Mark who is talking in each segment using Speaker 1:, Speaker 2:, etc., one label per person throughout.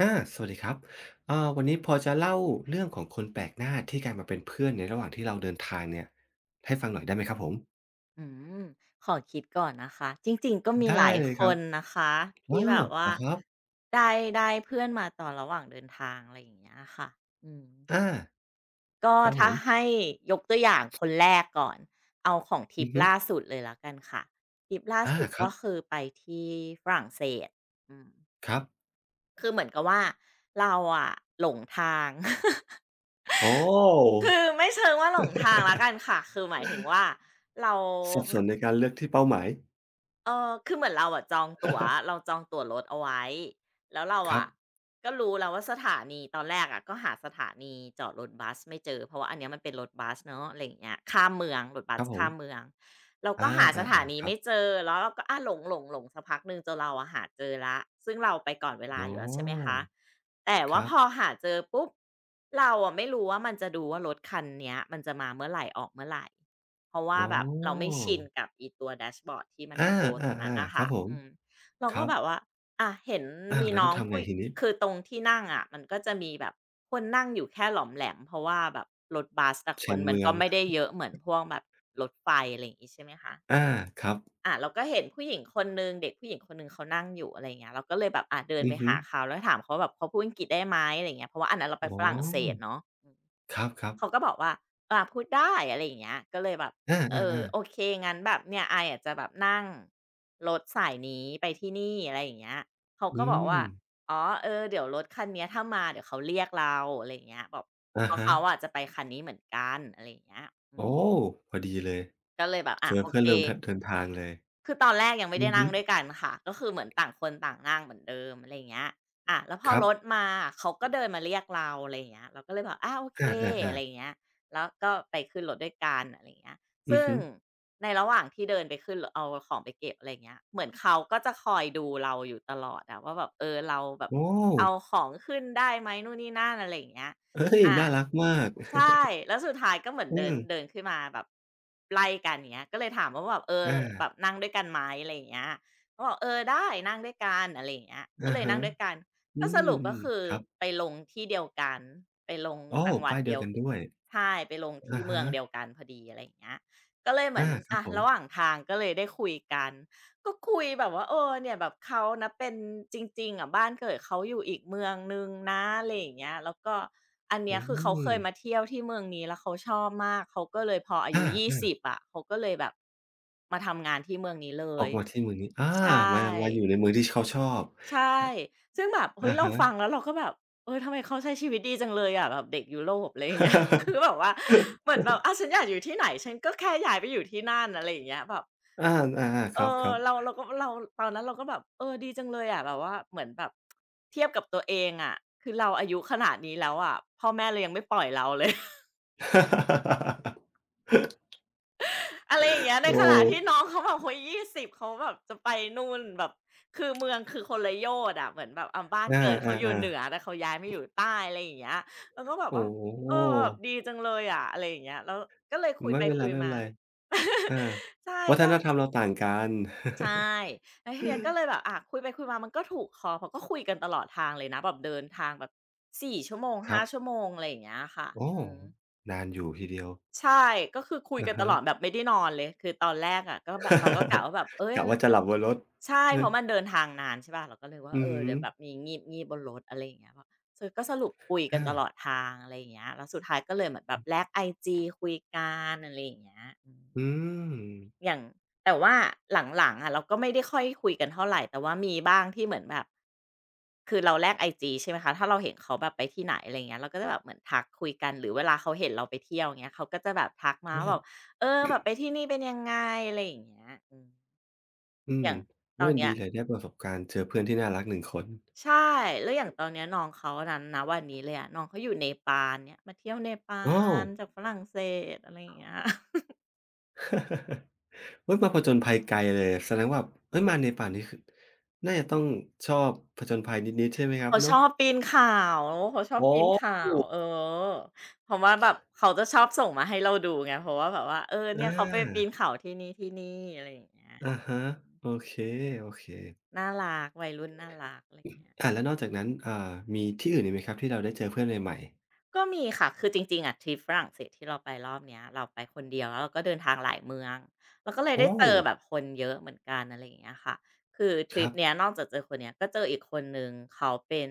Speaker 1: อาสวัสดีครับวันนี้พอจะเล่าเรื่องของคนแปลกหน้าที่กลายมาเป็นเพื่อนในระหว่างที่เราเดินทางเนี่ยให้ฟังหน่อยได้ไหมครับผม
Speaker 2: อืมขอคิดก่อนนะคะจริงๆก็มีห
Speaker 1: ได้
Speaker 2: ลาย
Speaker 1: เลย
Speaker 2: ค
Speaker 1: ครับ
Speaker 2: นนะคะที่
Speaker 1: อ้าว
Speaker 2: แบบ
Speaker 1: เหร
Speaker 2: ว่า
Speaker 1: อครับ
Speaker 2: ได้ได้เพื่อนมาตอนระหว่างเดินทางอะไรอย่างเงี้ยค่ะอืม
Speaker 1: อา
Speaker 2: ก็
Speaker 1: ครับผ
Speaker 2: ถ้า
Speaker 1: ม
Speaker 2: ให้ยกตัวอย่างคนแรกก่อนเอาของทริ
Speaker 1: อื
Speaker 2: ป
Speaker 1: อฮึ
Speaker 2: ล่าสุดเลยแล้วกันค่ะทริปล่า
Speaker 1: อา
Speaker 2: สุด
Speaker 1: ครั
Speaker 2: ก็
Speaker 1: บ
Speaker 2: คือไปที่ฝรั่งเศสอืม
Speaker 1: ครับ
Speaker 2: คือเหมือนกับว่าเราอะหลงทาง
Speaker 1: โอ้
Speaker 2: คือไม่เชิงว่าหลงทางแล้วกันค่ะคือหมายถึงว่าเรา
Speaker 1: สับสนในการเลือกที่เป้าหมาย
Speaker 2: เออคือเหมือนเราอะจองตั๋วเราจองตั๋วรถเอาไว้ แล้วเรา
Speaker 1: ครับ
Speaker 2: อะก็รู้แล้วว่าสถานีตอนแรกอะก็หาสถานีจอดรถบัสไม่เจอเพราะว่าอันเนี้ยมันเป็นรถบัสเนาะอะไรอย่างเงี้ยข้ามเมืองรถบั
Speaker 1: ค
Speaker 2: ส
Speaker 1: รับผ
Speaker 2: ข้ามเมื
Speaker 1: ม
Speaker 2: องเราก็
Speaker 1: อา
Speaker 2: หา
Speaker 1: อ
Speaker 2: สถา
Speaker 1: า
Speaker 2: นี
Speaker 1: ๆครับ
Speaker 2: ไม่เจอแล้วเราก็อาหลงสักพักหนึ่งจนเราอะหาเจอละซึ่งเราไปก่อนเวลา
Speaker 1: อ๋อ
Speaker 2: อยู่แล้วใช่ไหมคะแต่
Speaker 1: ค
Speaker 2: ว่า
Speaker 1: รั
Speaker 2: พ
Speaker 1: บ
Speaker 2: อหาเจอปุ๊บเราอะไม่รู้ว่ามันจะดูว่ารถคันเนี้ยมันจะมาเมื่อไหรออกเมื่อไหร เพราะว่า
Speaker 1: อ๋อ
Speaker 2: แบบเราไม่ชินกับอีตัวแดชบอร์ดที่มัน
Speaker 1: อา
Speaker 2: โชว์ตรงนั้นนะ
Speaker 1: ๆๆครั
Speaker 2: คะ
Speaker 1: บผม
Speaker 2: เรา
Speaker 1: ค
Speaker 2: ก็
Speaker 1: รับ
Speaker 2: แบบว่าเห็น
Speaker 1: อ้าว
Speaker 2: มี
Speaker 1: แล้ว
Speaker 2: น้
Speaker 1: ต้
Speaker 2: อ
Speaker 1: อง
Speaker 2: ง
Speaker 1: ทำไง
Speaker 2: ผู้
Speaker 1: ทีนี้
Speaker 2: คือตรงที่นั่งอะมันก็จะมีแบบคนนั่งอยู่แค่หลอมแหลมเพราะว่าแบบรถบัสอะค
Speaker 1: ชา
Speaker 2: น
Speaker 1: น
Speaker 2: มัน
Speaker 1: เมือ
Speaker 2: ก็
Speaker 1: ง
Speaker 2: ไม่ได้เยอะเหมือนพวกแบบรถไฟอะไรอย่างงี้ใช่ไหมคะ
Speaker 1: อาครับ
Speaker 2: อาเราก็เห็นผู้หญิงคนหนึ่งเด็กผู้หญิงคนหนึ่งเขานั่งอยู่อะไรอย่างเงี้ยเราก็เลยแบบอะเดิน
Speaker 1: อื
Speaker 2: ไป
Speaker 1: อฮึ
Speaker 2: หาเขาแล้วถามเขาว่าแบบเขาพูดอังกฤษได้ไหมอะไรอย่างเงี้ยเพราะว่าอันนั้นเราไป
Speaker 1: อ๋
Speaker 2: ฝรั่งเศส
Speaker 1: อ
Speaker 2: เนาะ
Speaker 1: ครับครับ
Speaker 2: เขาก็บอกว่าอาพูดได้อะไรอย่างเงี้ยก็เลยแบบ
Speaker 1: อ
Speaker 2: เออ
Speaker 1: าๆ
Speaker 2: โอ
Speaker 1: ๆ
Speaker 2: เคงั้นแบบเนี่ยไอาอะจะแบบนั่งรถสายนี้ไปที่นี่อะไรอย่างเงี้ยเขา
Speaker 1: อื
Speaker 2: ก็บอก
Speaker 1: ม
Speaker 2: ว่าอ๋อเออเดี๋ยวรถคันเนี้ยถ้ามาเดี๋ยวเขาเรียกเราอะไรอย่างเงี้ยแบบ
Speaker 1: อะ
Speaker 2: เพราะ
Speaker 1: ฮะ
Speaker 2: เขาอะจะไปคันนี้เหมือนกันอะไรอย่างเงี้ยอืม
Speaker 1: โอ้พอดีเลย
Speaker 2: ก็เลยแบบ
Speaker 1: เจ
Speaker 2: อา
Speaker 1: อ
Speaker 2: โอ
Speaker 1: เพื่อ
Speaker 2: เค
Speaker 1: นร่วมทเดินทางเลย
Speaker 2: คือตอนแรกยังไม่
Speaker 1: อื
Speaker 2: ได้
Speaker 1: อ
Speaker 2: นั่
Speaker 1: ฮึ
Speaker 2: งด้วยกันค่ะก็คือเหมือนต่างคนต่างนั่งเหมือนเดิมอะไรอย่างเงี้ยอ่ะแล้วพอ
Speaker 1: ครั
Speaker 2: รถ
Speaker 1: บ
Speaker 2: มาเขาก็เดินมาเรียกเราอะไรอย่างเงี้ยเราก็เลยบอกอาวโอ
Speaker 1: อ
Speaker 2: เค
Speaker 1: า
Speaker 2: อะไร
Speaker 1: ๆ
Speaker 2: อย่าง
Speaker 1: ๆ
Speaker 2: เงี้ยแล้วก็ไปขึ้นรถด้วยกันอะไรอย่างเงี้ย
Speaker 1: อือ
Speaker 2: ซึ่ง
Speaker 1: ฮึ
Speaker 2: ในระหว่างที่เดินไปขึ้นรถเอาของไปเก็บอะไรอย่างเงี้ยเหมือนเขาก็จะคอยดูเราอยู่ตลอดอะว่าแบบเออเราแบบ
Speaker 1: โอ้
Speaker 2: เอาของขึ้นได้ไหมนู่นนี่นั่นอะไรอย่างเงี้ย
Speaker 1: เฮ้ย
Speaker 2: อา
Speaker 1: น่ารักมาก
Speaker 2: ใช่แล้วสุดท้ายก็เหมือน
Speaker 1: อื
Speaker 2: เดิน
Speaker 1: ม
Speaker 2: เดินขึ้นมาแบบไล่กันอย่างเงี้ยก็เลยถามว่าแบบเออ
Speaker 1: อา
Speaker 2: แบบนั่งด้วยกันไหมอะไรอย่างเงี้ยเขาบอกเออได้นั่งด้วยกันอะไรอย่างเงี้ยก็
Speaker 1: อะ
Speaker 2: เลย
Speaker 1: ฮะ
Speaker 2: นั่งด้วยกัน
Speaker 1: อื
Speaker 2: ก็สรุ
Speaker 1: ม
Speaker 2: ปก็คือ
Speaker 1: ๆครับ
Speaker 2: ไปลงที่เดียวกันไปลง
Speaker 1: โอ้อ
Speaker 2: จังหวัด
Speaker 1: ป้ายเดี
Speaker 2: เดี
Speaker 1: ยว
Speaker 2: ยว
Speaker 1: กันด้วย
Speaker 2: ใช่ไปลง
Speaker 1: อะ
Speaker 2: ที่เมือ
Speaker 1: ฮะ
Speaker 2: งเดียวกันพอดีอะไรอย่างเงี้ยก็เลยเหมือ
Speaker 1: อา
Speaker 2: น
Speaker 1: ครับ
Speaker 2: อะ
Speaker 1: ผม
Speaker 2: ระหว่างทางก็เลยได้คุยกัน ก็คุยแบบว่าเออเนี่ยแบบเขานะเป็นจริงๆอะบ้านเกิดเขาอยู่อีกเมืองหนึ่งนะอะไรอย่างเงี้ยแล้วก็อันเนี้
Speaker 1: อื
Speaker 2: ยคือเขาเค
Speaker 1: ม
Speaker 2: ยมาเที่ยวที่เมืองนี้แล้วเขาชอบมากเขาก็เลยพออา
Speaker 1: อ
Speaker 2: ยุยี่
Speaker 1: า
Speaker 2: สิบอะเขาก็เลยแบบมาทำงานที่เมืองนี้เล
Speaker 1: ๆออ
Speaker 2: ย
Speaker 1: กมาที่เมืองนี้อา
Speaker 2: ใช่
Speaker 1: มามาอยู่ในเมืองที่เขาชอบ
Speaker 2: ใช่ซึ่งแบบเฮ้ย
Speaker 1: อะ
Speaker 2: เรา
Speaker 1: ฮะ
Speaker 2: ฟังแล้วเราก็แบบเออทำไมเขาใช้ชีวิตดีจังเลยอะแบบเด็กยุโรปอะไรอย่างเงี้ย คือแบบว่าเหมือ นแบบอาฉันอยากอยู่ที่ไหนฉันก็แค่ย้ายไปอยู่ที่นั่นอะไรอย่างเงี้ยแบบ
Speaker 1: อาอาๆค
Speaker 2: เออ
Speaker 1: รับ
Speaker 2: เรา
Speaker 1: ๆ
Speaker 2: เราก็เราตอนนั้นเราก็แบบเออดีจังเลยอะแบบว่าเหมือนแบบเทียบกับตัวเองอะคือเราอายุขนาดนี้แล้วอะพ่อแม่เรายังไม่ปล่อยเราเลย อะไรอย่างเงี้ ยใน
Speaker 1: โอ้
Speaker 2: ขณะที่น้องเขาแบบโอ้โฮ20เขาแบบจะไปนู่นแบบคือเมืองคือคนละโยชน์อะเหมือนแบบอ่าบ้าน
Speaker 1: อ
Speaker 2: เกิดเขาอยู่
Speaker 1: า
Speaker 2: เหนื
Speaker 1: ๆ
Speaker 2: อ
Speaker 1: ๆ
Speaker 2: แต่เขาย้ายมาอยู่ใต้อะไรอย่างเงี้ยเราก็แบบ
Speaker 1: โอ้
Speaker 2: ว่าเออแบ
Speaker 1: โฮ
Speaker 2: บดีจังเลยอะอะไรอย่างเงี้ยแล้วก็เลยคุย
Speaker 1: ไม่
Speaker 2: ไป
Speaker 1: เป็นไ
Speaker 2: คุยมา
Speaker 1: รๆอา
Speaker 2: ใช่
Speaker 1: วัฒ
Speaker 2: ก็
Speaker 1: นธรรมเราต่างกัน
Speaker 2: ใช่แล้วทีเนี้ยก็เลยแบบ คุยไปคุยมามันก็ถูกคอเพราะก็คุยกันตลอดทางเลยนะแบบเดินทางแบบ4 ชั่วโมง
Speaker 1: ครั
Speaker 2: 5
Speaker 1: บ
Speaker 2: ชั่วโมงอะไรอย่างเงี้ยค่ะ
Speaker 1: โอ้
Speaker 2: อืม
Speaker 1: นานอยู่ทีเดียว
Speaker 2: ใช่ก็คือคุย
Speaker 1: อะ
Speaker 2: กันต
Speaker 1: ฮะ
Speaker 2: ลอดแบบไม่ได้นอนเลยคือตอนแรกอะก็แบบเราก็กะว่าแบบเฮ้ ย
Speaker 1: กะว่าจะ
Speaker 2: แบ
Speaker 1: ห
Speaker 2: บ
Speaker 1: ลับบนรถ
Speaker 2: ใช่
Speaker 1: เอ
Speaker 2: เพ
Speaker 1: อ
Speaker 2: ราะมันเดินทางนานใช่เปล่าเราก็เลยว่า
Speaker 1: อื
Speaker 2: เอ
Speaker 1: อ
Speaker 2: อ
Speaker 1: ฮึ
Speaker 2: เดี๋ยวแบบมีงีบๆบนรถอะไรอย่างเงี้ยแบบสรุปก็สรุปคุยกัน
Speaker 1: อา
Speaker 2: ตลอดทางอะไรอย่างเงี้ยแล้วสุดท้ายก็เลยเหมือนแบบแลกไอจีคุยกันอะไรอย่างเงี้ยอืม
Speaker 1: อื
Speaker 2: อ
Speaker 1: ม
Speaker 2: ย่างแต่ว่าหลังๆอะเราก็ไม่ได้ค่อยคุยกันเท่าไหรแต่ว่ามีบ้างที่เหมือนแบบคือเราแลกไอจีใช่ไหมคะถ้าเราเห็นเขาแบบไปที่ไหนอะไรเงี้ยเราก็จะแบบเหมือนทักคุยกันหรือเวลาเขาเห็นเราไปเที่ยวเงี้ยเขาก็จะแบบทักมาว่าแบบ
Speaker 1: อ
Speaker 2: เออแบบไปที่นี่เป็นยังไงอะไรอย่างเงี้ยอืม
Speaker 1: อื
Speaker 2: อ
Speaker 1: ม
Speaker 2: ย่างต
Speaker 1: โอ๊
Speaker 2: อน
Speaker 1: ย
Speaker 2: เนี้
Speaker 1: ดี
Speaker 2: ย
Speaker 1: เลยได้ประสบการณ์เจอเพื่อนที่น่ารัก1คน
Speaker 2: ใช่แล้วอย่างตอนเนี้ยน้องเขานั้นนะวันนี้เลยอะน้องเขาอยู่เนปาลเนี่ยมาเที่ยวเนปา
Speaker 1: อ้า ว
Speaker 2: ลจากฝรั่งเศสอะไรอย่างเงี้ย
Speaker 1: เฮ้ยมาผจญภัยไกลเลยแสดงว่าเฮ้ยมาเนป่าลนี่คือน่าจะต้องชอบผจญภัยนิดๆใช่ไหมครับ
Speaker 2: เขาช
Speaker 1: เนาะ
Speaker 2: อบปีนเขาเขาชอบปีนเขาเออเพราะว่าแบบเขาจะชอบส่งมาให้เราดูไงเพราะว่าแบบว่าเออ
Speaker 1: อ
Speaker 2: เนี่ยเขาไปปีน
Speaker 1: า
Speaker 2: เขาที่นี่ๆอะไรอย่างเงี้ย
Speaker 1: อะฮะโอเคโอเค
Speaker 2: น่ารักวัยรุ่นน่ารักอะไรอย่างเงี้ย
Speaker 1: อ่าแล้วนอกจากนั้นมีที่อื่นอีกไหมครับที่เราได้เจอเพื่อนใหม่ๆ
Speaker 2: ก็มีค่ะ คือจริงๆอะทริปฝรั่งเศสที่เราไปรอบเนี้ยเราไปคนเดียวแล้วเราก็เดินทางหลายเมืองเราก็เลย
Speaker 1: โอ้
Speaker 2: ได้เจอแบบคนเยอะเหมือนกันอะไรอย่างเงี้ยค่ะคือท
Speaker 1: ค
Speaker 2: ริ
Speaker 1: รั
Speaker 2: ป
Speaker 1: บ
Speaker 2: เนี้ยนอกจากเจอคนเนี้ยก็เจออีกคนหนึ่งเขาเป็น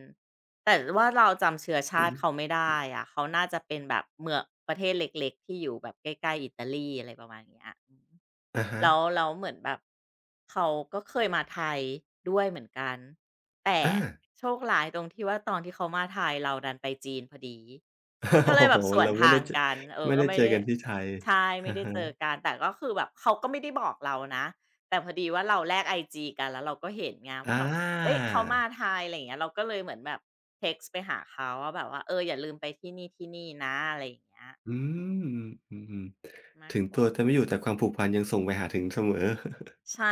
Speaker 2: แต่ว่าเราจำเชื้อชาติเขาไม่ ได้อะเขาน่าจะเป็นแบบเมืองประเทศเล็กๆที่อยู่แบบใกล้ๆอิตาลีอะไรประมาณเนี้ยอืม
Speaker 1: อะฮะ
Speaker 2: แล้วแล้วเหมือนแบบเขาก็เคยมาไทยด้วยเหมือนกันแต่
Speaker 1: อา
Speaker 2: โชคร้ายตรงที่ว่าตอนที่เขามาไทยเราดันไปจีนพอดี ก็ เล
Speaker 1: โอ้
Speaker 2: ยแบ
Speaker 1: โฮ
Speaker 2: บสวน
Speaker 1: เราไม่
Speaker 2: ทา
Speaker 1: ได้
Speaker 2: ง
Speaker 1: เจอ
Speaker 2: กันเออ
Speaker 1: ไม่
Speaker 2: ก็
Speaker 1: ได้
Speaker 2: ไม่
Speaker 1: เจอ
Speaker 2: ได้
Speaker 1: กันที่ไทย
Speaker 2: ใช่ไม่
Speaker 1: อะ
Speaker 2: ได้เจอ
Speaker 1: ฮะ
Speaker 2: กันแต่ก็คือแบบเขาก็ไม่ได้บอกเรานะแต่พอดีว่าเราแลกไอจีกันแล้วเราก็เห็นไงว่า
Speaker 1: อา
Speaker 2: แบบเฮ้ยเขามาไทยอะไรอย่างเงี้ยเราก็เลยเหมือนแบบเท็กซ์ไปหาเขาว่าแบบว่าเอออย่าลืมไปที่นี่ๆนะอะไรอย่างเงี้ย
Speaker 1: อืมอืมๆ
Speaker 2: มาก
Speaker 1: ถึง
Speaker 2: ก
Speaker 1: ตั
Speaker 2: ว่า
Speaker 1: วจะไม่อยู่แต่ความผูกพันยังส่งไปหาถึงเสมอ
Speaker 2: ใช่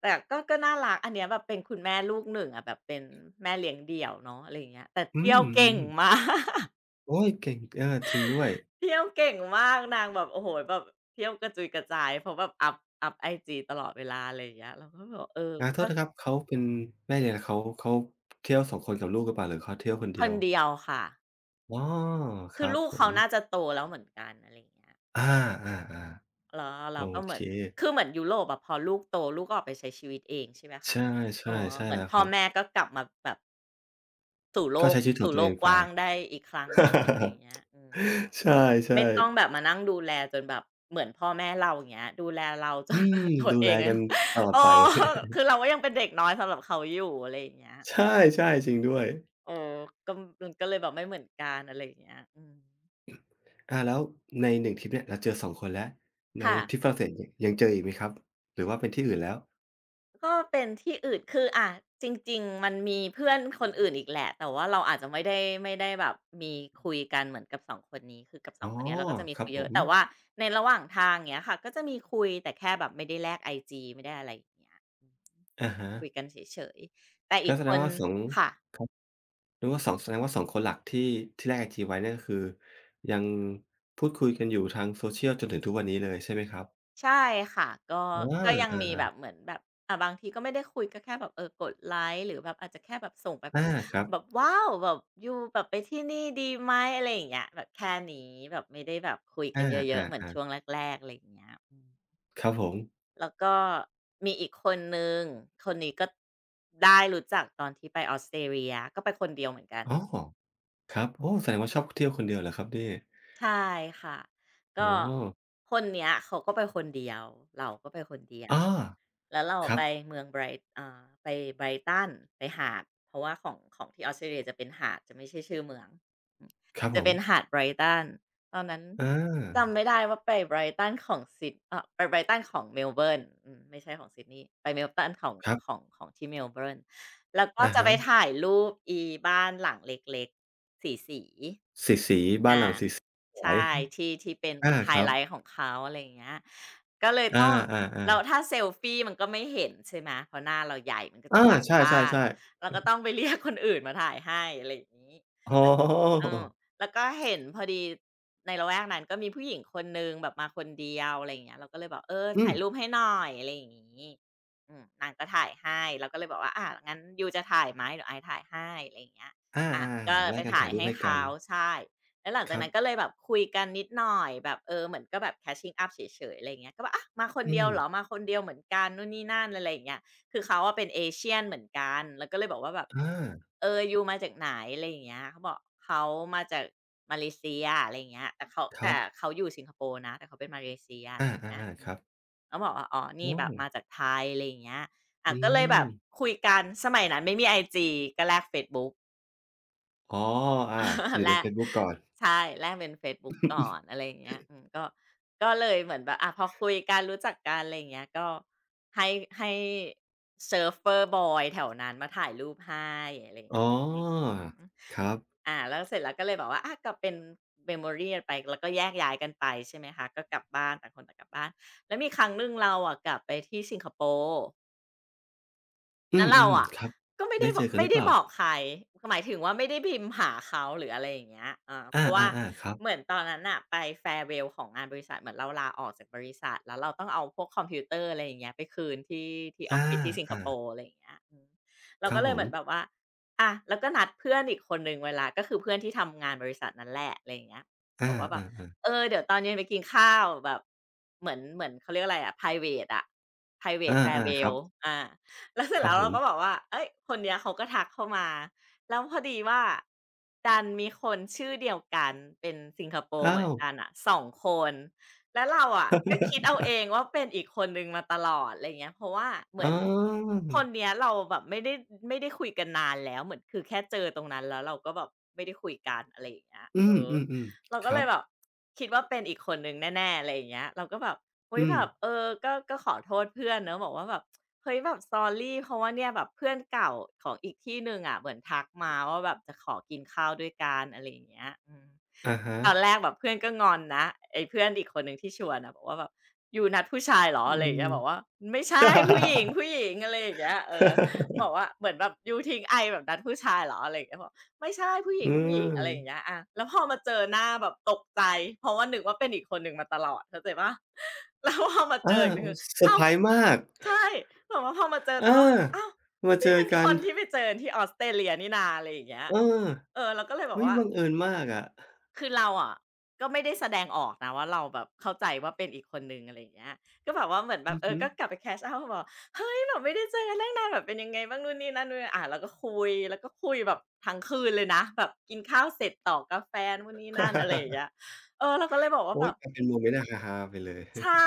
Speaker 2: แต่ก็ก็น่ารักอันเนี้ยแบบเป็นคุณแม่ลูกหนึ่งอะแบบเป็นแม่เลี้ยงเดี่ยวเนาะอะไรอย่างเงี้ยแต่
Speaker 1: อื
Speaker 2: เที่ยวเก่ง
Speaker 1: ม
Speaker 2: มา
Speaker 1: ๆ
Speaker 2: ก
Speaker 1: โอ๊ยเก่งเออจริงด้วย
Speaker 2: เที่ยวเก่งมากนางแบบโอ้โฮแบบเที่ยวกระจุยกระจายเพราะแบบอัปไอจีตลอดเวลาอะไรอย่างเงี้ยเราก็แบบเออ
Speaker 1: อาโทษ
Speaker 2: ถ้า
Speaker 1: นะครับเขาเป็นแม่เลี้ยงเขาเขาเที่ยวสองคนกับลูกหรือเปล่าหรือเขาเที่ยวคน
Speaker 2: ค
Speaker 1: เดีย
Speaker 2: น
Speaker 1: ว
Speaker 2: เดียวค่ะ
Speaker 1: อ๋อค
Speaker 2: คือ
Speaker 1: รับ
Speaker 2: ลูก
Speaker 1: ผ
Speaker 2: เขา
Speaker 1: ม
Speaker 2: น่าจะโตแล้วเหมือนกันอะไรอย่างเงี้ย
Speaker 1: อาอ่
Speaker 2: แล้ว
Speaker 1: ๆโอ
Speaker 2: เราก็เห
Speaker 1: เค
Speaker 2: มือนคือเหมือนยุโรปอะพอลูกโตลูกก็ออกไปใช้ชีวิตเองใช่ไหมคะ
Speaker 1: ใช่
Speaker 2: อ๋
Speaker 1: ใช่
Speaker 2: อ
Speaker 1: ใช่
Speaker 2: เหมือน
Speaker 1: แล้ว
Speaker 2: พ่
Speaker 1: ค
Speaker 2: อ
Speaker 1: รั
Speaker 2: แม่
Speaker 1: บ
Speaker 2: ก็กลับมาแบบสู่โล
Speaker 1: ก็
Speaker 2: ก
Speaker 1: ใช้ชีวิตของ
Speaker 2: สู่
Speaker 1: ตั
Speaker 2: โล
Speaker 1: วเอ
Speaker 2: ก
Speaker 1: ง
Speaker 2: ก
Speaker 1: ไป
Speaker 2: ว้างได้อีกครั้งหนึ่งอะไรอย่างเงี้ ยอืม
Speaker 1: ใช่
Speaker 2: ไม่ต้องแบบ
Speaker 1: ๆ
Speaker 2: มานั่งดูแลจนแบบเหมือนพ่อแม่เราอย่างเงี้ยดูแลเราจ
Speaker 1: อื
Speaker 2: น
Speaker 1: ม
Speaker 2: ตัว
Speaker 1: ดู
Speaker 2: เอ
Speaker 1: แล
Speaker 2: งอะ
Speaker 1: กันตลอ
Speaker 2: เอ
Speaker 1: ด
Speaker 2: อ
Speaker 1: ไป
Speaker 2: คือ เราก็ยังเป็นเด็กน้อยสำหรับเขาอยู่อะไรอย่างเงี้ย
Speaker 1: ใช่ๆจริงด้วย
Speaker 2: เออก็มันก็เลยแบบไม่เหมือนกันอะไรอย่างเงี้ยอืม
Speaker 1: อาแล้วใน1ทริปเนี่ยเราเจอ2คนแล้วใน
Speaker 2: ค่ะ
Speaker 1: ทริปฝรั่งเศสเนี่ยยังเจออีกไหมครับหรือว่าเป็นที่อื่นแล้ว
Speaker 2: ก็เป็นที่อื่นคืออะจริงๆมันมีเพื่อนคนอื่นอีกแหละแต่ว่าเราอาจจะไม่ได้แบบมีคุยกันเหมือนกับสองคนนี้คือกับส
Speaker 1: อ๋
Speaker 2: อ
Speaker 1: อ
Speaker 2: งคนเนี้ยเราก็จะมี
Speaker 1: ครั
Speaker 2: คุ
Speaker 1: บ
Speaker 2: ย
Speaker 1: ผ
Speaker 2: เยอะ
Speaker 1: ม
Speaker 2: แต่ว่าในระหว่างทางอย่างเงี้ยค่ะก็จะมีคุยแต่แค่แบบไม่ได้แลกไอจีไม่ได้อะไรอย่างเงี้ย
Speaker 1: อะฮะ
Speaker 2: คุยกันเฉยๆ แต่อี
Speaker 1: ก็
Speaker 2: ก
Speaker 1: แส
Speaker 2: ค
Speaker 1: ดง
Speaker 2: น
Speaker 1: ว่าสอง
Speaker 2: ค่ะ
Speaker 1: นึกว่า2แสดงว่า2คนหลักที่ที่แลกไอจีไว้เนี่ยก็คือยังพูดคุยกันอยู่ทาง Social จนถึงทุกวันนี้เลยใช่ไหมครับ
Speaker 2: ใช่ค่ะก็
Speaker 1: อา
Speaker 2: ก็ยังมีแบบ
Speaker 1: อา
Speaker 2: เหมือนแบบบางทีก็ไม่ได้คุยก็แค่แบบเออกดไลค์หรือแบบอาจจะแค่แบบส่งไปแบ
Speaker 1: อา
Speaker 2: บ
Speaker 1: ครับ
Speaker 2: แบบว้าวแบบอยูแบบไปที่นี่ดีไหมอะไรอย่างเงี้ยแบบแค่นี้แบบไม่ได้แบบคุย
Speaker 1: อ
Speaker 2: กันเยอะๆเหมือน
Speaker 1: าๆ
Speaker 2: ช่
Speaker 1: ๆ
Speaker 2: วงแรกๆอะไรอย่างเงี้ยอืม
Speaker 1: ครับผม
Speaker 2: แล้วก็มีอีกคนหนึ่งคนนี้ก็ได้รู้จักตอนที่ไปออสเตรเลียก็ไปคนเดียวเหมือนกัน
Speaker 1: อ๋อครับโอ้แสดงว่าชอบเที่ยวคนเดียวเหรอครับเนี่ย
Speaker 2: ใช่ค่ะก็
Speaker 1: อ๋อ
Speaker 2: คนเนี้ยเขาก็ไปคนเดียวเราก็ไปคนเดียว
Speaker 1: อา
Speaker 2: แล้วเรา
Speaker 1: ครั
Speaker 2: ไป
Speaker 1: บ
Speaker 2: เมืองไบรท์ไปไบรตัน n ไปหาดเพราะว่าของของที่ออสเตรเลียจะเป็นหาดจะไม่ใช่ชื่อเมืองอืม
Speaker 1: ครับผ
Speaker 2: จะ
Speaker 1: ม
Speaker 2: เป็นหาดไบรตันตอนนั้น
Speaker 1: อา
Speaker 2: จำไม่ได้ว่าไปไบรตันของซิดไปไ r รตัน n ของเมลเบิร์นอืมไม่ใช่ของซิดนีย์ไปเม r i g h t o n ของ
Speaker 1: ครั
Speaker 2: ของ
Speaker 1: บ
Speaker 2: ของที่เมลเบิร์นแล้วก็
Speaker 1: อะ
Speaker 2: จะไป
Speaker 1: ฮะ
Speaker 2: ถ่ายรูปอีบ้านหลังเล็กๆสีๆ
Speaker 1: สีสี บ้านห
Speaker 2: อา
Speaker 1: ลังสีสสว
Speaker 2: ใช่
Speaker 1: ย
Speaker 2: ที่ที่เป็น เหมื
Speaker 1: อา
Speaker 2: อนไฮ
Speaker 1: ครับ
Speaker 2: ไลต์ของเขาอะไรอย่างเงี้ยก็เลย
Speaker 1: อ
Speaker 2: ต้อง
Speaker 1: า
Speaker 2: แล้ว
Speaker 1: ๆ
Speaker 2: ถ้า
Speaker 1: ๆ
Speaker 2: เซลฟีมันก็ไม่เห็นใช่ไหมเพราะหน้าเราใหญ่มันก็
Speaker 1: อา
Speaker 2: จะบัง
Speaker 1: ใช
Speaker 2: บ้าน
Speaker 1: ่ๆๆ
Speaker 2: เราก็ต้องไป เรียกคนอื่นมาถ่ายให้อะไรอย่างงี้
Speaker 1: อ๋อ
Speaker 2: เออแล้วก็เห็นพอดีในละแวกนั้นก็มีผู้หญิงคนหนึ่งแบบมาคนเดียวอะไรอย่างเงี้ยเราก็เลยบอกเออ
Speaker 1: อืม
Speaker 2: ถ่ายรูปให้หน่อยอะไรอย่างงี้อืมนางก็ถ่ายให้เราก็เลยบอกว่าอางั้นยูจะถ่ายไหมเดี๋ยวไอซ์ถ่ายให้อะไรอย่างเงี้ย
Speaker 1: อา
Speaker 2: อาก็
Speaker 1: ๆๆแล
Speaker 2: ไป
Speaker 1: กกัน
Speaker 2: ถ่า
Speaker 1: ถ่า
Speaker 2: ย
Speaker 1: ยรูป
Speaker 2: ให้
Speaker 1: ให้กัน
Speaker 2: เขาใช่แล้วหลัง
Speaker 1: ค
Speaker 2: จาก
Speaker 1: รับ
Speaker 2: นั้นก็เลยแบบคุยกันนิดหน่อยแบบเออเหมือนก็แบบ catching up เฉยๆอะไรอย่างเงี้ยก็แบบอามาคน
Speaker 1: อื
Speaker 2: เดีย
Speaker 1: ม
Speaker 2: วเหรอมาคนเดียวเหมือนกันนู่นนี่นั่นอะไรอย่างเงี้ย คือเขาอะเป็น a s ี a n เหมือนกัน แล้วก็เลยบอกว่าแบบ
Speaker 1: อา
Speaker 2: เออยูมาจากไหนอะไรอย่างเงี้ยเขาบอกเขามาจากมาเลเซียอะไรอย่างเงี้ยแต่เขา
Speaker 1: ครั
Speaker 2: แต่
Speaker 1: บ
Speaker 2: เขาอยู่สิงคโปร์นะแต่เขาเป็นมาเลเซียอะไร
Speaker 1: อา
Speaker 2: อย่างเงี้ย
Speaker 1: ๆ
Speaker 2: อื
Speaker 1: ๆค
Speaker 2: ม
Speaker 1: รับ
Speaker 2: เขาบอกว่าอ๋อนี่
Speaker 1: โอ้
Speaker 2: แบบมาจากไทยอะไรอย่างเงี้ยอา
Speaker 1: อื
Speaker 2: ก็เลยแบ
Speaker 1: ม
Speaker 2: บคุยกันสมัยนั้นไม่มีไอจีก็แลกเฟซบุ๊ก
Speaker 1: อ๋ออาอ ยู่
Speaker 2: แล
Speaker 1: ในเฟ
Speaker 2: ก
Speaker 1: ซบุ๊กก่อน
Speaker 2: ใช่แลกเป็นเฟซบุ๊กก่อนอะไรอย่างเงี้ยอืมก็เลยเหมือนแบบอะพอคุยกันรู้จักกันอะไรอย่างเงี้ยก็ให้ให้ surfer boy แถวนั้นมาถ่ายรูปให้อะไรอ
Speaker 1: อ๋
Speaker 2: ย่างเงี้ย
Speaker 1: อ
Speaker 2: อืม
Speaker 1: ครับ
Speaker 2: อ่าแล้วเสร็จแล้วก็เลยบอกว่าอะก็เป็น memory ีไปแล้วก็แยกย้ายกันไปใช่ไหมคะก็กลับบ้านต่างคนต่างกลับบ้านแล้วมีครั้งหนึ่งเราอ่ะกลับไปที่สิงคโปร์
Speaker 1: อื
Speaker 2: แล้วเรา
Speaker 1: ม
Speaker 2: อะ
Speaker 1: ๆครับ
Speaker 2: ก็ไม่ได้
Speaker 1: ได้
Speaker 2: บ
Speaker 1: เจ
Speaker 2: อก
Speaker 1: อกันห
Speaker 2: ไม่
Speaker 1: รือเป
Speaker 2: ได้
Speaker 1: ล่า
Speaker 2: บอกใครหมายถึงว่าไม่ได้พิมพ์หาเขาหรืออะไรอย่างเงี้ยเอาเพ
Speaker 1: อา
Speaker 2: ราะว่า
Speaker 1: ๆๆครั
Speaker 2: เห
Speaker 1: บ
Speaker 2: มือนตอนนั้นอ่ะไปแฟร์เวลของงานบริษัทเหมือนเราลาออกจากบริษัทแล้วเราต้องเอาพวกคอมพิวเตอร์อะไรอย่างเงี้ยไปคืนที่ออฟ
Speaker 1: อา
Speaker 2: ฟิศที่สิงค
Speaker 1: อา
Speaker 2: โปร์อะไรอย่างเงี้ยอืมเรา
Speaker 1: ครั
Speaker 2: ก็
Speaker 1: บ
Speaker 2: เล
Speaker 1: ผ
Speaker 2: ยเหมื
Speaker 1: ม
Speaker 2: อนแบบว่าอะแล้วก็นัดเพื่อนอีกคนนึงเวลาก็คือเพื่อนที่ทำงานบริษัทนั้นแหละอะไรอย่างเงี้ย
Speaker 1: อ
Speaker 2: บอกว่าแบบ
Speaker 1: าๆ
Speaker 2: เอ
Speaker 1: ๆ
Speaker 2: อเดี๋ยวตอนเย็นไปกินข้าวแบบเหมือนเขาเรียกอะไรอะพรเวตอะพรเว
Speaker 1: อา
Speaker 2: ต
Speaker 1: ๆครั
Speaker 2: farewell
Speaker 1: บ
Speaker 2: อา แล้วเสร็
Speaker 1: ค
Speaker 2: จ
Speaker 1: รั
Speaker 2: แล้
Speaker 1: บ
Speaker 2: ว
Speaker 1: ผ
Speaker 2: เรา
Speaker 1: ม
Speaker 2: ก็บอกว่าเอ้ยคนเนี้ยเขาก็ทักเข้ามาแล้วพอดีว่าดันมีคนชื่อเดียวกันเป็นสิงคโปร์เห
Speaker 1: อ้า
Speaker 2: มือ
Speaker 1: ว
Speaker 2: นกันน่ะ2คนแล้วเราอะก็คิดเอาเองว่าเป็นอีกคนหนึ่งมาตลอดอะไรเงี้ยเพราะว่าเหมื
Speaker 1: อ๋
Speaker 2: อน
Speaker 1: อ
Speaker 2: คนเนี้ยเราแบบไม่ได้คุยกันนานแล้วเหมือนคือแค่เจอตรงนั้นแล้วเราก็แบบไม่ได้คุยกันอะไรอย่างเงี้ย
Speaker 1: อื
Speaker 2: เออ
Speaker 1: มๆ
Speaker 2: เรา
Speaker 1: ๆค
Speaker 2: ก็เล
Speaker 1: รั
Speaker 2: ย
Speaker 1: บ
Speaker 2: แบบคิดว่าเป็นอีกคนหนึ่งแน่ๆอะไรอย่างเงี้ยเราก็แบบอุ๊ย
Speaker 1: อืม
Speaker 2: แบบเออก็ขอโทษเพื่อนเนาะบอกว่าแบบ เฮ้ยแบบ sorry เพราะว่าเนี่ยแบบเพื่อนเก่าของอีกที่หนึ่งอะเหมือนทักมาว่าแบบจะขอกินข้าวด้วยกันอะไรอย่างเงี้ยอืม
Speaker 1: อะฮะ
Speaker 2: ตอนแรกแบบเพื่อนก็งอนนะไอ้เพื่อนอีกคนหนึ่งที่ชวนนะบอกว่าแบบอยูนัดผู้ชายเหรอ
Speaker 1: อื
Speaker 2: อะไรอย่างเงี้ยบ
Speaker 1: ม
Speaker 2: อกว่าไม่ใช่ผู้หญิงผู้ หญิงอะไรอย่างเงี้ยเออบอกว่าเหมือนแบบยูทิ้งไอแบบนัดผู้ชายเหรออะไรอย่างเงี้ยบอกไม่ใช่ผู้หญิ
Speaker 1: อื
Speaker 2: งผู้หญิงอะไรอย่างเงี้ย
Speaker 1: ม
Speaker 2: อะแล้วพอมาเจอหน้าแบบตกใจเพราะว่านึกว่าเป็นอีกคนหนึ่งมาตลอดเข้าใจเป่าแล้วพอมาเจ
Speaker 1: อา
Speaker 2: ออีกที
Speaker 1: เซอร์
Speaker 2: อ้า
Speaker 1: ไพรส์มาก
Speaker 2: ใช่แบบว่าพอมาเจอ
Speaker 1: อา
Speaker 2: ตัวอ้าว
Speaker 1: มา
Speaker 2: นี่
Speaker 1: เจอ
Speaker 2: มัน
Speaker 1: กั
Speaker 2: ค
Speaker 1: น
Speaker 2: นที่ไปเจอที่ออสเตรเลียนี่นาอะไรอย่างเงี้ย
Speaker 1: เออ
Speaker 2: เออเราก็เลยแบบ
Speaker 1: เฮ้ย
Speaker 2: ว่า
Speaker 1: บังเอิญมากอะ
Speaker 2: คือเราอะก็ไม่ได้แสดงออกนะว่าเราแบบเข้าใจว่าเป็นอีกคนหนึ่งอะไรอย่างเงี้ยก็แบบว่าเหมือนแบบ
Speaker 1: อือ
Speaker 2: เออ
Speaker 1: ฮึ
Speaker 2: ก็กลับไป catch up บอกเฮ้ยแบบไม่ได้เจอกันตั้งนานแบบเป็นยังไงบ้างนู่นนี่นั่นนู่นอาเราก็คุยแล้วก็คุยแบบทั้งคืนเลยนะแบบกินข้าวเสร็จต่อกาแฟนู่นนี่นั่นอะไรอย่าง เงี้ยเออเราก็เลยบอกว่า
Speaker 1: โอ๊
Speaker 2: แบ
Speaker 1: ย
Speaker 2: บ
Speaker 1: กลายเป็นโมเมนต์ฮาๆไปเลย
Speaker 2: ใช่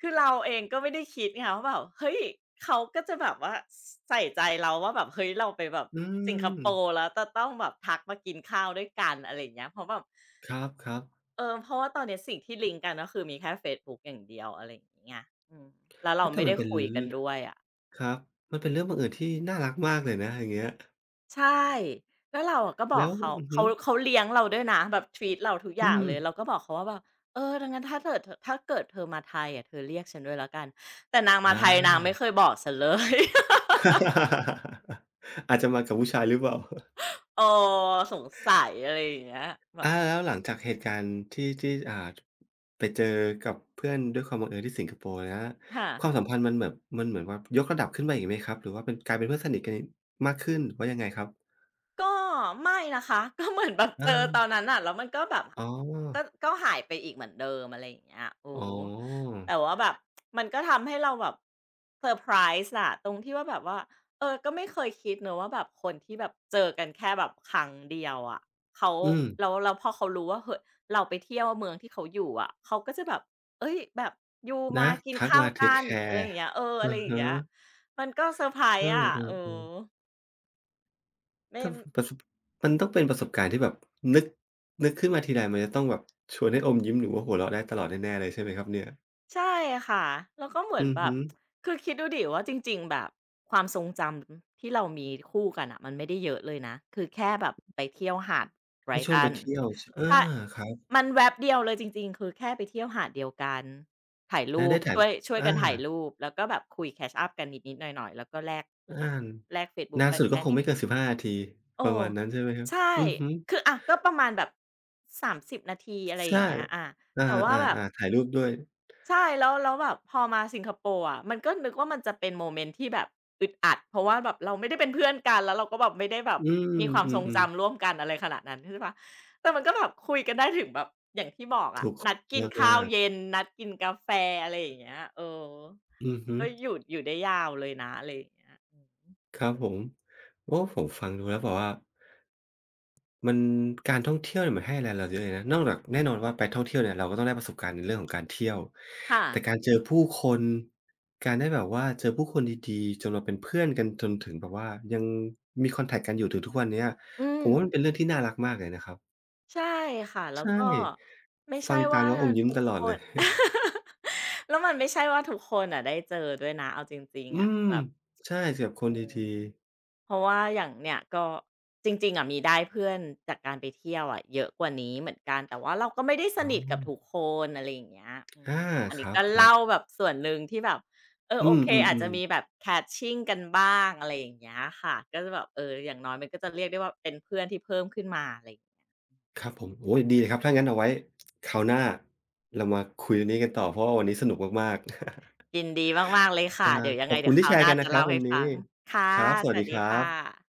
Speaker 2: คือเราเองก็ไม่ได้คิดไงคะว่าแบบเฮ้ยเขาก็จะแบบว่าใส่ใจเราว่าแบบเฮ้ยเราไปแบบ
Speaker 1: อื
Speaker 2: สิงค
Speaker 1: ม
Speaker 2: โปร์แล้วจะต้องแบบทักมากินข้าวด้วยกันอะไรอย่างเงี้ยเพราะแบบ
Speaker 1: ครับครับ
Speaker 2: เพราะว่าตอนเนี้ยสิ่งที่ลิงก์กันก็คือมีแค่เฟซบุ๊กอย่างเดียวอะไรอย่างงี้ไงอืมแล้วเรา
Speaker 1: เฮ้ยแต่
Speaker 2: ไม่
Speaker 1: มั
Speaker 2: ได้
Speaker 1: นเป็น
Speaker 2: คุยกันด้วยอะ
Speaker 1: ครับมันเป็นเรื่องบังเอิญที่น่ารักมากเลยนะอย่างเงี้ย
Speaker 2: ใช่แล้วเราอะก็บอก
Speaker 1: แล้ว
Speaker 2: เขา
Speaker 1: อือฮึ
Speaker 2: เขาเลี้ยงเราด้วยนะแบบทรีตเราทุกอ
Speaker 1: อื
Speaker 2: ย่าง
Speaker 1: ม
Speaker 2: เลยเราก็บอกเขาว่าแบบเออดังนั้นถ้าเกิดเธอมาไทยอะเธอเรียกฉันด้วยแล้วกันแต่นาง
Speaker 1: อ
Speaker 2: มาไทยนาง
Speaker 1: า
Speaker 2: ไม่เคยบอกฉันเลย
Speaker 1: อาจจะมากับผู้ชายหรือเปล่า
Speaker 2: เออสงสัยอะไรอย่างเงี้ยแบ
Speaker 1: อา
Speaker 2: บ
Speaker 1: แล้วหลังจากเหตุการณ์ที่ที่ไปเจอกับเพื่อนด้วยความบังเอิญที่สิงคโปร์นะ
Speaker 2: ค่ะ
Speaker 1: ความสัมพันธ์มันแบบมันเหมือนว่ายกระดับขึ้นมาอีกไหมครับหรือว่าเป็นกลายเป็นเพื่อนสนิทกันอีกมากขึ้นหรือว่ายังไงครับ
Speaker 2: ก็ไม่นะคะ ก็เหมือนแบบเจ
Speaker 1: อา
Speaker 2: อตอนนั้นอ่ะแล้วมันก็แบบ
Speaker 1: อ๋อ
Speaker 2: ก็หายไปอีกเหมือนเดิมอะไรอย่างเงี้ยโอ้
Speaker 1: อ๋อ
Speaker 2: โหแต่ว่าแบบมันก็ทำให้เราแบบเซอร์ไพรส์อะตรงที่ว่าแบบว่าเออก็ไม่เคยคิดเนอะว่าแบบคนที่แบบเจอกันแค่แบบครั้งเดียวอะเขา
Speaker 1: อืม
Speaker 2: แล้วราพอเขารู้ว่าเฮ้ยเราไปเที่ยวเมืองที่เขาอยู่อะเขาก็จะแบบเอ้ยแบบอยูมา
Speaker 1: นะ
Speaker 2: กิน
Speaker 1: ทัก
Speaker 2: ข้าว
Speaker 1: มาเทก
Speaker 2: กัน
Speaker 1: แค
Speaker 2: อะไรอ
Speaker 1: ร์
Speaker 2: ย่างเงี้ยเอออะ
Speaker 1: อื
Speaker 2: ไร
Speaker 1: อ
Speaker 2: อย่าง
Speaker 1: ฮึ
Speaker 2: เงี้ยมันก็เซอร์ไพร
Speaker 1: เอ
Speaker 2: ส์อะเออ
Speaker 1: อๆๆ
Speaker 2: ไม่
Speaker 1: ถ้าประสบมันต้องเป็นประสบการณ์ที่แบบนึกนึกขึ้นมาทีไรมันจะต้องแบบชวนให้อมยิ้มหรือว่าหัวเราะได้ตลอดแน่ๆเลยใช่ไหมครับเนี่ย
Speaker 2: ใช่ค่ะแล้วก็เหมือน
Speaker 1: อือ
Speaker 2: แบบ
Speaker 1: ฮึ
Speaker 2: คือคิดดูดิว่าจริงๆแบบความทรงจำที่เรามีคู่กันอ่ะมันไม่ได้เยอะเลยนะคือแค่แบบไปเที่ยวหาดไบร
Speaker 1: ได้ช่วง
Speaker 2: ตั
Speaker 1: ไป
Speaker 2: t o
Speaker 1: เที่ยวชอา
Speaker 2: ใช่
Speaker 1: ครับ
Speaker 2: มันแวบเดียวเลยจริงๆคือแค่ไปเที่ยวหาดเดียวกันถ่าย
Speaker 1: และ
Speaker 2: รูป
Speaker 1: ได้ถ่าย
Speaker 2: ช่วยกั
Speaker 1: อา
Speaker 2: นถ่ายรูปแล้วก็แบบคุย catch up กันนิดๆหน่อยๆแล้วก็แลก
Speaker 1: อานานสุดก็คงไม่เกินสิบห้5นาที
Speaker 2: เออ
Speaker 1: ประมาณนั้นใช่ไหมครับ
Speaker 2: ใช่
Speaker 1: อือฮึ
Speaker 2: คืออะก็ประมาณแบบ30นาทีอะไรอ
Speaker 1: ใช่
Speaker 2: ย่างเงี้ยอา
Speaker 1: อา
Speaker 2: แต่ว่าแบบ
Speaker 1: ๆๆถ่ายรูปด้วย
Speaker 2: ใช่แล้วแบบพอมาสิงคโปร์อะมันก็นึกว่ามันจะเป็นโมเมนต์ที่แบบอึดอัดเพราะว่าแบบเราไม่ได้เป็นเพื่อนกันแล้วเราก็แบบไม่ได้แบบ
Speaker 1: อื
Speaker 2: มี
Speaker 1: ม
Speaker 2: ความ
Speaker 1: อื
Speaker 2: ทรง
Speaker 1: อ
Speaker 2: จำร่วมกันอะไรขนาดนั้นใช่เปล่าแต่มันก็แบบคุยกันได้ถึงแบบอย่างที่บอกอะนัดกิน
Speaker 1: ๆ
Speaker 2: ข้าว
Speaker 1: มาก
Speaker 2: เย็
Speaker 1: ๆ
Speaker 2: นนัดกินกาแฟอะไรอย่างเงี้ยเออ
Speaker 1: อือฮึ
Speaker 2: ก็อยู่ได้ยาวเลยนะอะไรอย่างเงี้ยอืม
Speaker 1: ครับผมโอ้ผมฟังดูแล้วแบบว่า มันการท่องเที่ยวเนี่ยมันให้อะไรเราเยอะเลยนะนอกจากแน่นอนว่าไปท่องเที่ยวเนี่ยเราก็ต้องได้ประสบการณ์ในเรื่องของการเที่ยว
Speaker 2: ค่ะ
Speaker 1: แต่การเจอผู้คนการได้แบบว่าเจอผู้คนดีๆจนเราเป็นเพื่อนกันจนถึงแบบว่ายังมีคอนแท็กต์กันอยู่ถึงทุกวันเนี้ย
Speaker 2: อื
Speaker 1: ผม
Speaker 2: ม
Speaker 1: ว่ามันเป็นเรื่องที่น่ารักมากเลยนะครับ
Speaker 2: ใช่ค่ะแล้ว
Speaker 1: ใช่
Speaker 2: ก็ไม่
Speaker 1: ฟั
Speaker 2: ใช่
Speaker 1: งตา
Speaker 2: ว่า
Speaker 1: มแล้วอมยิ้ม
Speaker 2: ทุก
Speaker 1: ต
Speaker 2: ค
Speaker 1: ลอดเล
Speaker 2: น
Speaker 1: ย
Speaker 2: แล้วมันไม่ใช่ว่าทุกคนอ่ะได้เจอด้วยนะเอาจริง
Speaker 1: อื
Speaker 2: ๆอะ
Speaker 1: ม
Speaker 2: แบบ
Speaker 1: ใช่เจอกับค
Speaker 2: อื
Speaker 1: นด
Speaker 2: ม
Speaker 1: ีๆ
Speaker 2: เพราะว่าอย่างเนี่ยก็จริงๆอะมีได้เพื่อนจากการไปเที่ยวอะเยอะกว่านี้เหมือนกันแต่ว่าเราก็ไม่ได้ส
Speaker 1: อ๋อ
Speaker 2: นิทกับทุกคนอะไรอย่างเงี้ยอืม
Speaker 1: อา
Speaker 2: อัน
Speaker 1: คร
Speaker 2: นี้ก็
Speaker 1: ับ
Speaker 2: เล่า
Speaker 1: ๆ
Speaker 2: แบบส่วนหนึ่งที่แบบเออ
Speaker 1: อื
Speaker 2: โอ
Speaker 1: ม
Speaker 2: เคอาจจะมี
Speaker 1: ๆ
Speaker 2: แบ
Speaker 1: ๆ
Speaker 2: บ catching กันบ้างอะไรอย่างเงี้ยค่ะก็จะแบบเอออย่างน้อยมันก็จะเรียกได้ว่าเป็นเพื่อนที่เพิ่มขึ้นมาอะไรอยางเงี้ย
Speaker 1: ครับผมโอ้ยดีเลยครับถ้างั้นเอาไว้คราวหน้าเรามาคุยเรื่องนี้กันต่อเพราะว่าวันนี้สนุกมากๆ
Speaker 2: ยินดีมากๆเลย ค่ะ
Speaker 1: อา
Speaker 2: เดี๋ยวยัง
Speaker 1: ข
Speaker 2: ไง
Speaker 1: อบ
Speaker 2: เดี๋
Speaker 1: คุ
Speaker 2: ย
Speaker 1: ณ
Speaker 2: วค
Speaker 1: ที่
Speaker 2: รา
Speaker 1: แช
Speaker 2: วห
Speaker 1: ร์
Speaker 2: น้า
Speaker 1: กัน
Speaker 2: จะ
Speaker 1: นะครับ
Speaker 2: เล่า
Speaker 1: วั
Speaker 2: ให้
Speaker 1: น
Speaker 2: ฟั
Speaker 1: นี้
Speaker 2: งค่ะ
Speaker 1: ครับส
Speaker 2: ส
Speaker 1: วัส
Speaker 2: วัส
Speaker 1: ดีค
Speaker 2: ดี
Speaker 1: รั
Speaker 2: ค่
Speaker 1: บ
Speaker 2: ะ